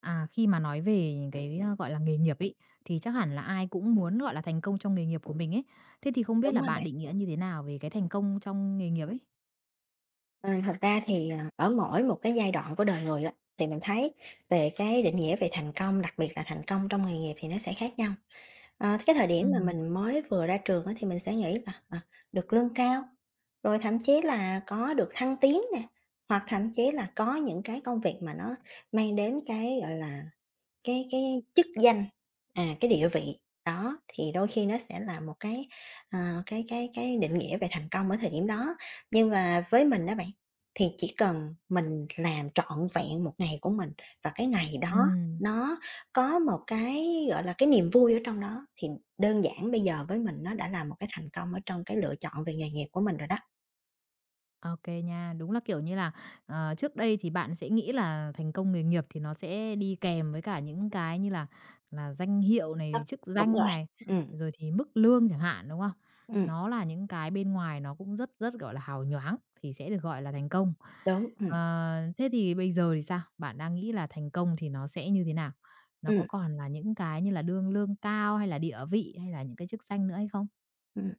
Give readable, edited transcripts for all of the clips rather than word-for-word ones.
À, khi mà nói về những cái, gọi là, nghề nghiệp ấy, thì chắc hẳn là ai cũng muốn, gọi là, thành công trong nghề nghiệp của mình ấy. Thế thì không biết Đúng là rồi bạn bạn. định nghĩa như thế nào về cái thành công trong nghề nghiệp ấy? Ờ, Thật ra thì, ở mỗi một cái giai đoạn của đời người á, thì mình thấy về cái định nghĩa về thành công, đặc biệt là thành công trong nghề nghiệp thì nó sẽ khác nhau. Cái thời điểm Ừ. mà mình mới vừa ra trường á, thì mình sẽ nghĩ là, được lương cao, rồi thậm chí là có được thăng tiến nè, hoặc thậm chí là có những cái công việc mà nó mang đến cái, gọi là, cái chức danh, cái địa vị, đó, thì đôi khi nó sẽ là một cái, ờ, cái định nghĩa về thành công ở thời điểm đó. Nhưng mà với mình đó bạn, thì chỉ cần mình làm trọn vẹn một ngày của mình và cái ngày đó Ừm. nó có một cái, gọi là, cái niềm vui ở trong đó, thì đơn giản bây giờ với mình nó đã là một cái thành công ở trong cái lựa chọn về nghề nghiệp của mình rồi đó. OK nha. Đúng là, kiểu như là, trước đây thì bạn sẽ nghĩ là thành công nghề nghiệp thì nó sẽ đi kèm với cả những cái như là danh hiệu Đó, này, chức đúng danh rồi, này, ừm, rồi thì mức lương chẳng hạn, đúng không? ừm, Nó là những cái bên ngoài nó cũng rất rất, gọi là, hào nhoáng thì sẽ được gọi là thành công. đúng, Ờ, Thế thì bây giờ thì sao? Bạn đang nghĩ là thành công thì nó sẽ như thế nào? Nó có ừm, còn là những cái như là đương lương cao hay là địa vị hay là những cái chức danh nữa hay không? ừm.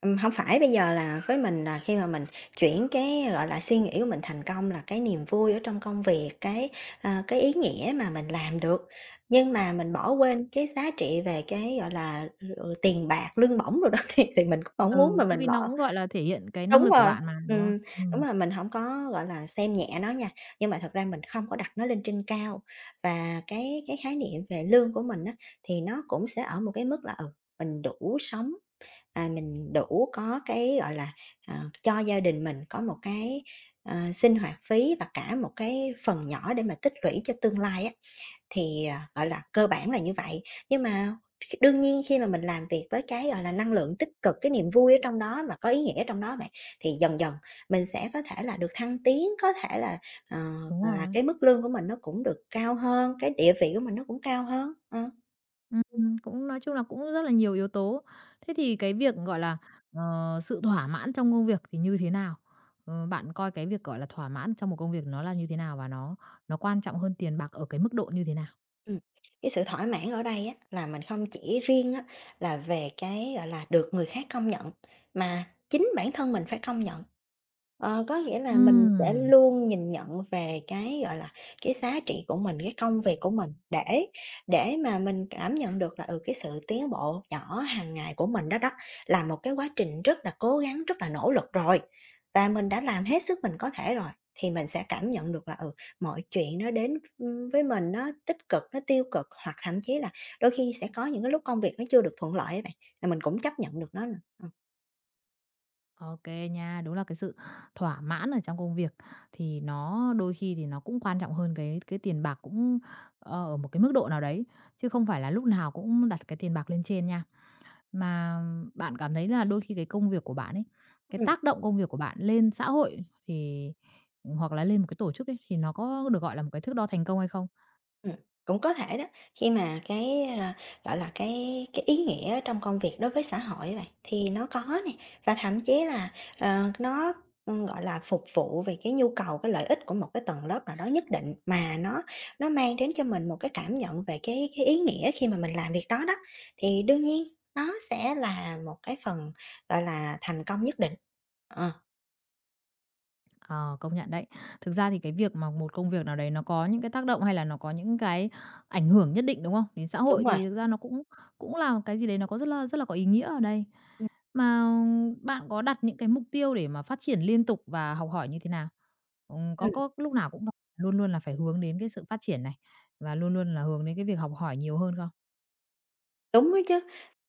Hông phải, bây giờ là với mình là khi mà mình chuyển cái, gọi là, suy nghĩ của mình thành công là cái niềm vui ở trong công việc, cái ý nghĩa mà mình làm được, nhưng mà mình bỏ quên cái giá trị về cái, gọi là, tiền bạc, lương bổng rồi đó thì mình cũng hổng muốn Ừ, mà tại mình vì nó bỏ. cũng, gọi là, thể hiện cái năng Đúng lực của rồi, bạn mà, đúng không? ừm. Đúng Ừm. là mình không có, gọi là, xem nhẹ nó nha, nhưng mà thật ra mình không có đặt nó lên trên cao. Và cái khái niệm về lương của mình á, thì nó cũng sẽ ở một cái mức là, mình đủ sống. Mình đủ có cái, gọi là, ờ, cho gia đình mình có một cái, sinh hoạt phí và cả một cái phần nhỏ để mà tích lũy cho tương lai á, thì, gọi là, cơ bản là như vậy. Nhưng mà khi đương nhiên khi mà mình làm việc với cái, gọi là, năng lượng tích cực, cái niềm vui ở trong đó và có ý nghĩa trong đó bạn, thì dần dần mình sẽ có thể là được thăng tiến, có thể là, ờ, Đúng là rồi. cái mức lương của mình nó cũng được cao hơn, cái địa vị của mình nó cũng cao hơn. Ờ. Ừm, cũng nói chung là cũng rất là nhiều yếu tố. Thế thì cái việc, gọi là, sự thỏa mãn trong công việc thì như thế nào? Bạn coi cái việc, gọi là, thỏa mãn trong một công việc nó là như thế nào và nó quan trọng hơn tiền bạc ở cái mức độ như thế nào? Ừm, cái sự thỏa mãn ở đây á, là mình không chỉ riêng á, là về cái, gọi là, được người khác công nhận, mà chính bản thân mình phải công nhận. Ờ, có nghĩa là mình sẽ Ừm, luôn nhìn nhận về cái, gọi là, cái giá trị của mình, cái công việc của mình để mà mình cảm nhận được là, cái sự tiến bộ nhỏ hàng ngày của mình đó đó, là một cái quá trình rất là cố gắng, rất là nỗ lực rồi, và mình đã làm hết sức mình có thể rồi, thì mình sẽ cảm nhận được là, mọi chuyện nó đến, với mình nó tích cực, nó tiêu cực, hoặc thậm chí là đôi khi sẽ có những cái lúc công việc nó chưa được thuận lợi á bạn, là mình cũng chấp nhận được nó nè. ô nha. Đúng là cái sự thỏa mãn ở trong công việc thì nó đôi khi thì nó cũng quan trọng hơn cái tiền bạc cũng, ở một cái mức độ nào đấy, chứ không phải là lúc nào cũng đặt cái tiền bạc lên trên nha. Mà bạn cảm thấy là đôi khi cái công việc của bạn ấy, cái Ờ. tác động công việc của bạn lên xã hội thì hoặc là lên một cái tổ chức ấy, thì nó có được gọi là một cái thước đo thành công hay không? Ừm, cũng có thể đó, khi mà cái, gọi là, cái ý nghĩa trong công việc đối với xã hội á bạn, thì nó có nè, và thậm chí là, nó, gọi là, phục vụ về cái nhu cầu, cái lợi ích của một cái tầng lớp nào đó nhất định, mà nó mang đến cho mình một cái cảm nhận về cái ý nghĩa khi mà mình làm việc đó đó, thì đương nhiên nó sẽ là một cái phần, gọi là, thành công nhất định. Ờ, Ờ, công nhận đấy. Thực ra thì cái việc mà một công việc nào đấy nó có những cái tác động hay là nó có những cái ảnh hưởng nhất định, đúng không? Đến xã hội đúng rồi. thì thực ra nó cũng cũng là một cái gì đấy nó có rất là có ý nghĩa ở đây. Mà bạn có đặt những cái mục tiêu để mà phát triển liên tục và học hỏi như thế nào? Có Ừm. có lúc nào cũng luôn luôn là phải hướng đến cái sự phát triển này và luôn luôn là hướng đến cái việc học hỏi nhiều hơn không? Đúng đó chứ.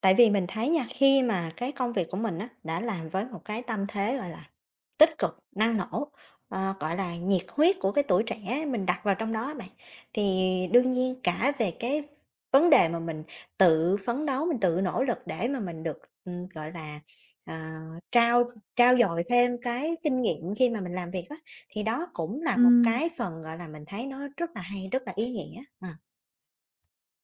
Tại vì mình thấy nha, khi mà cái công việc của mình á, đã làm với một cái tâm thế, gọi là, tích cực, năng nổ, gọi là, nhiệt huyết của cái tuổi trẻ mình đặt vào trong đó á bạn, thì đương nhiên cả về cái vấn đề mà mình tự phấn đấu, mình tự nỗ lực để mà mình được, gọi là, ờ, trao trau dồi thêm cái kinh nghiệm khi mà mình làm việc á, thì đó cũng là một Ừm. cái phần, gọi là, mình thấy nó rất là hay, rất là ý nghĩa. Ờ,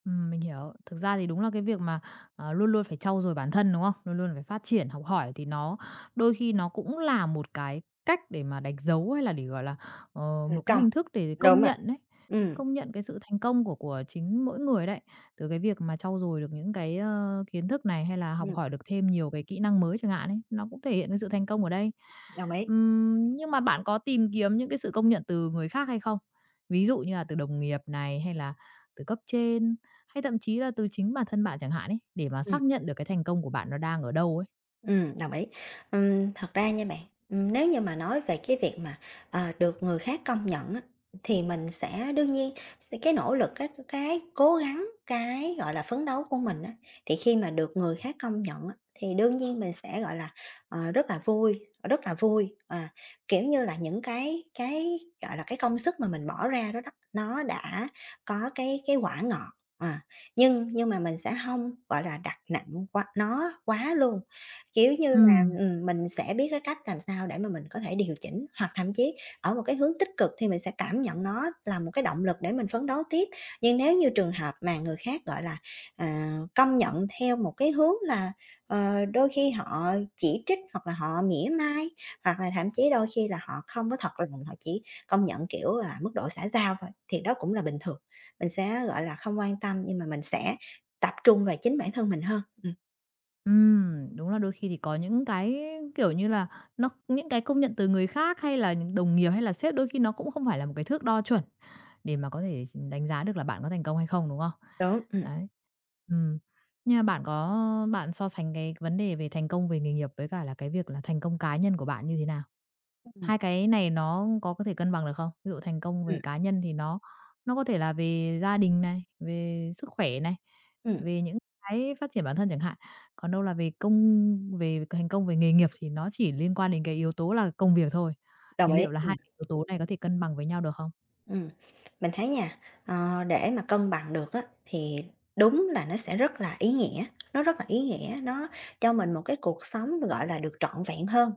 Mình hiểu. Thực ra thì đúng là cái việc mà, luôn luôn phải trau dồi bản thân, đúng không? Luôn luôn phải phát triển, học hỏi thì nó đôi khi nó cũng là một cái cách để mà đánh dấu hay là để, gọi là, một thành cái công. hình thức để Đúng công rồi. nhận đấy, Ừ. công nhận cái sự thành công của chính mỗi người đấy. Từ cái việc mà trau dồi được những cái, kiến thức này hay là học hỏi được thêm nhiều cái kỹ năng mới chẳng hạn ấy, nó cũng thể hiện cái sự thành công ở đây. Đồng ý. Nhưng mà bạn có tìm kiếm những cái sự công nhận từ người khác hay không? Ví dụ như là từ đồng nghiệp này hay là từ cấp trên? Hay thậm chí là từ chính bản thân bạn chẳng hạn ấy, để mà Ừm, xác nhận được cái thành công của bạn nó đang ở đâu ấy. Ừm, đồng ý. Thật ra nha bạn, nếu như mà nói về cái việc mà, được người khác công nhận á, thì mình sẽ đương nhiên sẽ cái nỗ lực cái cố gắng, cái, gọi là, phấn đấu của mình á, thì khi mà được người khác công nhận á, thì đương nhiên mình sẽ, gọi là, ờ, rất là vui, rất là vui, kiểu như là, những cái, gọi là, cái công sức mà mình bỏ ra đó đó, nó đã có cái quả ngọt, à, nhưng mà mình sẽ không gọi là, đặt nặng quá nó quá luôn. Kiểu như Ừ, là, mình sẽ biết cái cách làm sao để mà mình có thể điều chỉnh, hoặc thậm chí ở một cái hướng tích cực thì mình sẽ cảm nhận nó là một cái động lực để mình phấn đấu tiếp. Nhưng nếu như trường hợp mà người khác, gọi là, công nhận theo một cái hướng là, đôi khi họ chỉ trích hoặc là họ mỉa mai, hoặc là thậm chí đôi khi là họ không có thật lòng, họ chỉ công nhận, kiểu là, mức độ xã giao thôi, thì đó cũng là bình thường. Mình sẽ, gọi là, không quan tâm nhưng mà mình sẽ tập trung về chính bản thân mình hơn. Ừm, đúng là đôi khi thì có những cái, kiểu như là, nó những cái công nhận từ người khác hay là những đồng nghiệp hay là sếp đôi khi nó cũng không phải là một cái thước đo chuẩn để mà có thể đánh giá được là bạn có thành công hay không, đúng không? Đúng. Đấy. Ừm, nhưng mà bạn so sánh cái vấn đề về thành công về nghề nghiệp với cả là cái việc là thành công cá nhân của bạn như thế nào? Ừm. Hai cái này nó có thể cân bằng được không? Ví dụ thành công Ừm. về cá nhân thì nó có thể là về gia đình này, về sức khỏe này, Ừm, về những cái phát triển bản thân chẳng hạn. Còn đâu là về công về thành công về nghề nghiệp thì nó chỉ liên quan đến cái yếu tố là công việc thôi. đồng Thì ý. liệu là hai cái yếu tố này có thể cân bằng với nhau được không? Ừm, mình thấy nha, để mà cân bằng được á, thì đúng là nó sẽ rất là ý nghĩa, nó rất là ý nghĩa, nó cho mình một cái cuộc sống, gọi là, được trọn vẹn hơn.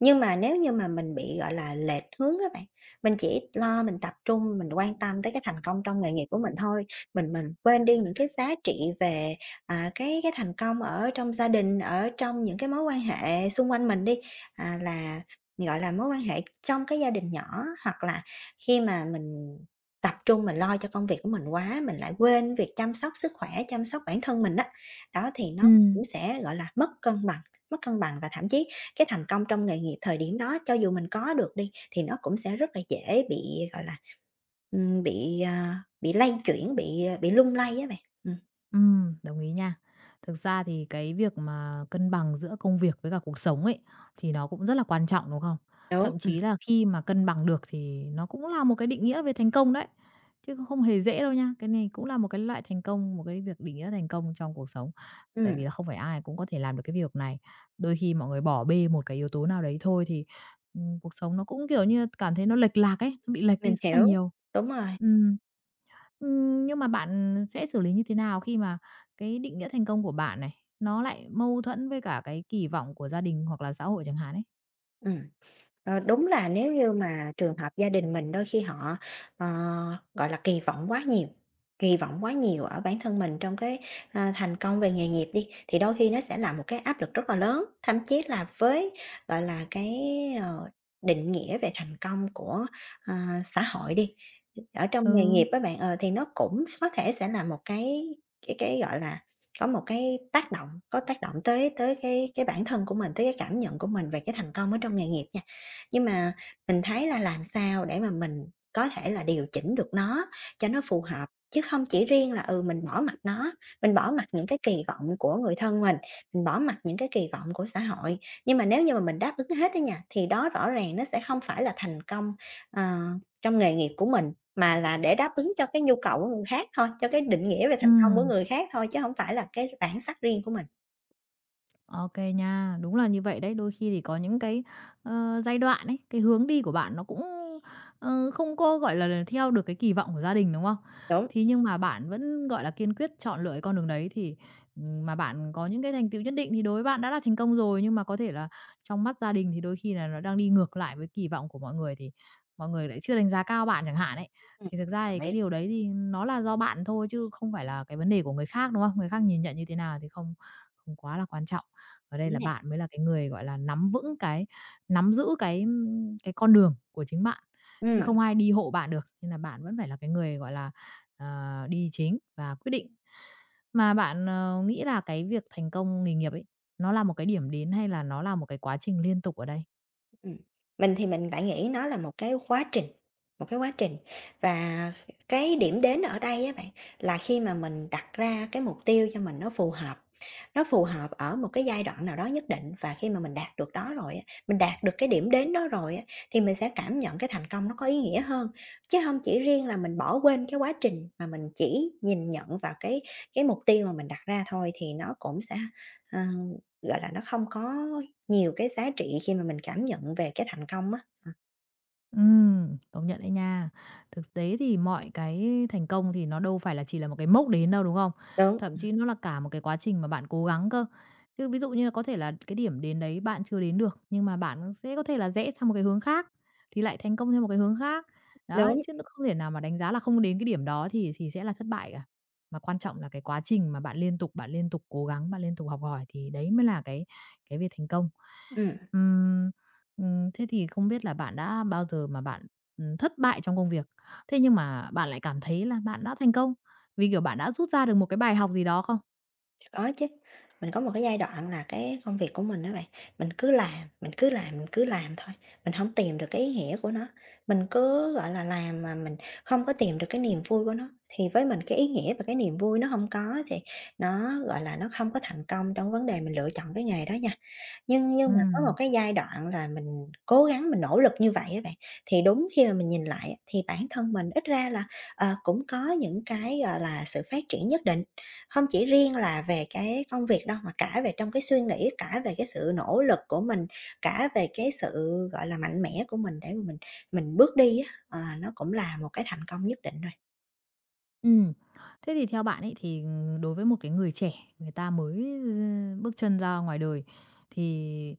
Nhưng mà nếu như mà mình bị, gọi là, lệch hướng các bạn, mình chỉ lo mình tập trung, mình quan tâm tới cái thành công trong nghề nghiệp của mình thôi, mình quên đi những cái giá trị về, cái thành công ở trong gia đình, ở trong những cái mối quan hệ xung quanh mình đi, à, là, gọi là, mối quan hệ trong cái gia đình nhỏ hoặc là khi mà mình tập trung mình lo cho công việc của mình quá, mình lại quên việc chăm sóc sức khỏe, chăm sóc bản thân mình á, đó thì nó Ừm. cũng sẽ, gọi là, mất cân bằng và thậm chí cái thành công trong nghề nghiệp thời điểm đó cho dù mình có được đi thì nó cũng sẽ rất là dễ bị, gọi là, ừm, bị, ờ, bị lay chuyển, bị lung lay á bạn. Ừm, Đồng ý nha. Thực ra thì cái việc mà cân bằng giữa công việc với cả cuộc sống ấy, thì nó cũng rất là quan trọng, đúng không? đúng, Thậm chí là khi mà cân bằng được thì nó cũng là một cái định nghĩa về thành công đấy, chứ không hề dễ đâu nha. Cái này cũng là một cái loại thành công, một cái việc định nghĩa thành công trong cuộc sống. Tại ừm, vì là không phải ai cũng có thể làm được cái việc này. Đôi khi mọi người bỏ bê một cái yếu tố nào đấy thôi thì, cuộc sống nó cũng, kiểu như, cảm thấy nó lệch lạc ấy, nó bị lệch mình đi rất là hiểu, nhiều. đúng rồi, Ừm. Nhưng mà bạn sẽ xử lý như thế nào khi mà cái định nghĩa thành công của bạn này, nó lại mâu thuẫn với cả cái kỳ vọng của gia đình hoặc là xã hội chẳng hạn ấy? ừm. Đúng là nếu như mà trường hợp gia đình mình đôi khi họ, ờ, gọi là, kỳ vọng quá nhiều, kỳ vọng quá nhiều ở bản thân mình trong cái, thành công về nghề nghiệp đi, thì đôi khi nó sẽ là một cái áp lực rất là lớn. Thậm chí là với, gọi là, cái, ờ, định nghĩa về thành công của, ờ, xã hội đi, ở trong nghề Ừ. nghiệp các bạn, thì nó cũng có thể sẽ là một cái, gọi là, có một cái tác động có tác động tới tới cái bản thân của mình, tới cái cảm nhận của mình về cái thành công ở trong nghề nghiệp nha. Nhưng mà mình thấy là làm sao để mà mình có thể là điều chỉnh được nó cho nó phù hợp, chứ không chỉ riêng là, mình bỏ mặc nó, mình bỏ mặc những cái kỳ vọng của người thân mình bỏ mặc những cái kỳ vọng của xã hội. Nhưng mà nếu như mà mình đáp ứng hết á nha, thì đó rõ ràng nó sẽ không phải là thành công, ờ, trong nghề nghiệp của mình, mà là để đáp ứng cho cái nhu cầu của người khác thôi, cho cái định nghĩa về Ừ, thành công của người khác thôi, chứ không phải là cái bản sắc riêng của mình. OK nha, đúng là như vậy đấy. Đôi khi thì có những cái, giai đoạn ấy, cái hướng đi của bạn nó cũng, không có, gọi là theo được cái kỳ vọng của gia đình, đúng không? Đúng, Thì nhưng mà bạn vẫn, gọi là, kiên quyết chọn lựa cái con đường đấy thì, mà bạn có những cái thành tựu nhất định thì đối với bạn đã là thành công rồi, nhưng mà có thể là trong mắt gia đình thì đôi khi là nó đang đi ngược lại với kỳ vọng của mọi người thì mọi người lại chưa đánh giá cao bạn chẳng hạn ấy. ừm, Thì thực ra đồng thì cái ý, điều đấy thì nó là do bạn thôi chứ không phải là cái vấn đề của người khác, đúng không? Người khác nhìn nhận như thế nào thì không không quá là quan trọng. Ở đây đúng là nè, bạn mới là cái người, gọi là, nắm giữ cái, cái con đường của chính bạn, chứ ừm. không ai đi hộ bạn được, nên là bạn vẫn phải là cái người, gọi là, đi chính và quyết định. Mà bạn, nghĩ là cái việc thành công nghề nghiệp ấy, nó là một cái điểm đến hay là nó là một cái quá trình liên tục ở đây? Ừm, mình thì mình lại nghĩ nó là một cái quá trình, một cái quá trình. Và cái điểm đến ở đây á bạn, là khi mà mình đặt ra cái mục tiêu cho mình nó phù hợp ở một cái giai đoạn nào đó nhất định và khi mà mình đạt được đó rồi á, mình đạt được cái điểm đến đó rồi á, thì mình sẽ cảm nhận cái thành công nó có ý nghĩa hơn. Chứ không chỉ riêng là mình bỏ quên cái quá trình mà mình chỉ nhìn nhận vào cái mục tiêu mà mình đặt ra thôi thì nó cũng sẽ, ờ, gọi là, nó không có nhiều cái giá trị khi mà mình cảm nhận về cái thành công á. Công nhận đấy nha. Thực tế thì mọi cái thành công thì nó đâu phải là chỉ là một cái mốc đến đâu, đúng không? Đúng, Thậm chí nó là cả một cái quá trình mà bạn cố gắng cơ. Chứ ví dụ như là có thể là cái điểm đến đấy bạn chưa đến được, nhưng mà bạn sẽ có thể là rẽ sang một cái hướng khác, thì lại thành công theo một cái hướng khác. Đấy, đúng, chứ nó không thể nào mà đánh giá là không đến cái điểm đó thì sẽ là thất bại cả. Mà quan trọng là cái quá trình mà bạn liên tục cố gắng, bạn liên tục học hỏi thì đấy mới là cái việc thành công. ừm, Thế thì không biết là bạn đã bao giờ mà bạn, thất bại trong công việc, thế nhưng mà bạn lại cảm thấy là bạn đã thành công, vì, kiểu, bạn đã rút ra được một cái bài học gì đó không? có chứ. Mình có một cái giai đoạn là cái công việc của mình á bạn, mình cứ làm, mình cứ làm, mình cứ làm thôi, mình hổng tìm được cái ý nghĩa của nó. Mình cứ, gọi là, làm mà mình không có tìm được cái niềm vui của nó, thì với mình cái ý nghĩa và cái niềm vui nó hông có thì nó, gọi là, nó không có thành công trong vấn đề mình lựa chọn cái nghề đó nha. Nhưng mà có một Ừm. cái giai đoạn là mình cố gắng mình nỗ lực như vậy các bạn, thì đúng khi mà mình nhìn lại á, thì bản thân mình ít ra là, cũng có những cái, gọi là, sự phát triển nhất định. Không chỉ riêng là về cái công việc đâu, mà cả về trong cái suy nghĩ, cả về cái sự nỗ lực của mình, cả về cái sự, gọi là, mạnh mẽ của mình để mà mình bước đi á, nó cũng là một cái thành công nhất định rồi. Ừ, thế thì theo bạn ấy thì đối với một cái người trẻ, người ta mới, bước chân ra ngoài đời, thì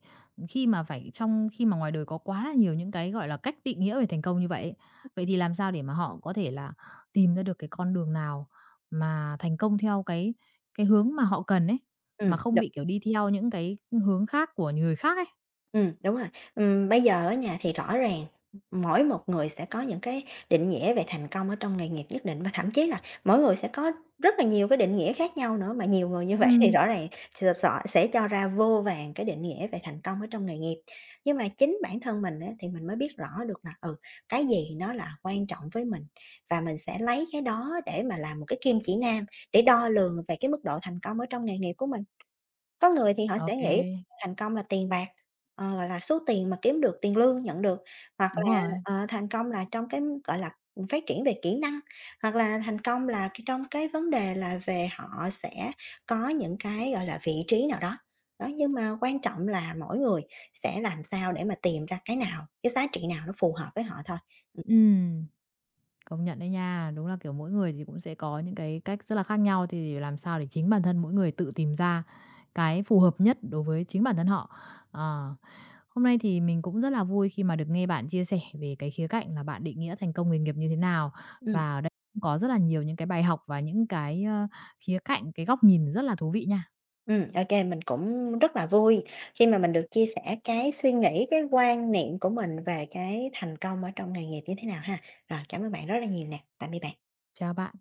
khi mà phải trong khi mà ngoài đời có quá là nhiều những cái, gọi là, cách định nghĩa về thành công như vậy ấy, vậy thì làm sao để mà họ có thể là tìm ra được cái con đường nào mà thành công theo cái hướng mà họ cần ấy, Ừm. mà không bị, kiểu, đi theo những cái hướng khác của người khác ấy? Đúng rồi. Bây giờ ở nhà thì rõ ràng mỗi một người sẽ có những cái định nghĩa về thành công ở trong nghề nghiệp nhất định và thậm chí là mỗi người sẽ có rất là nhiều cái định nghĩa khác nhau nữa, mà nhiều người như vậy thì Ừ, rõ ràng s s sẽ cho ra vô vàn cái định nghĩa về thành công ở trong nghề nghiệp. Nhưng mà chính bản thân mình á thì mình mới biết rõ được là, ừ, cái gì nó là quan trọng với mình và mình sẽ lấy cái đó để mà làm một cái kim chỉ nam để đo lường về cái mức độ thành công ở trong nghề nghiệp của mình. Có người thì họ sẽ nghĩ ok, thành công là tiền bạc, ờ, gọi là, số tiền mà kiếm được, tiền lương nhận được, hoặc đúng là, rồi. Thành công là trong cái, gọi là, phát triển về kỹ năng, hoặc là thành công là cái trong cái vấn đề là về họ sẽ có những cái, gọi là, vị trí nào đó. Đó, nhưng mà quan trọng là mỗi người sẽ làm sao để mà tìm ra cái nào, cái giá trị nào nó phù hợp với họ thôi. Ừm. Ừ. Công nhận đấy nha, đúng là, kiểu, mỗi người thì cũng sẽ có những cái cách rất là khác nhau, thì làm sao để chính bản thân mỗi người tự tìm ra cái phù hợp nhất đối với chính bản thân họ. Ờ, Hôm nay thì mình cũng rất là vui khi mà được nghe bạn chia sẻ về cái khía cạnh là bạn định nghĩa thành công nghề nghiệp như thế nào, và ở đây cũng có rất là nhiều những cái bài học và những cái, khía cạnh, cái góc nhìn rất là thú vị nha. Ok mình cũng rất là vui khi mà mình được chia sẻ cái suy nghĩ, cái quan niệm của mình về cái thành công ở trong nghề nghiệp như thế nào ha. Rồi, cảm ơn bạn rất là nhiều nè, tạm biệt bạn. Chào bạn.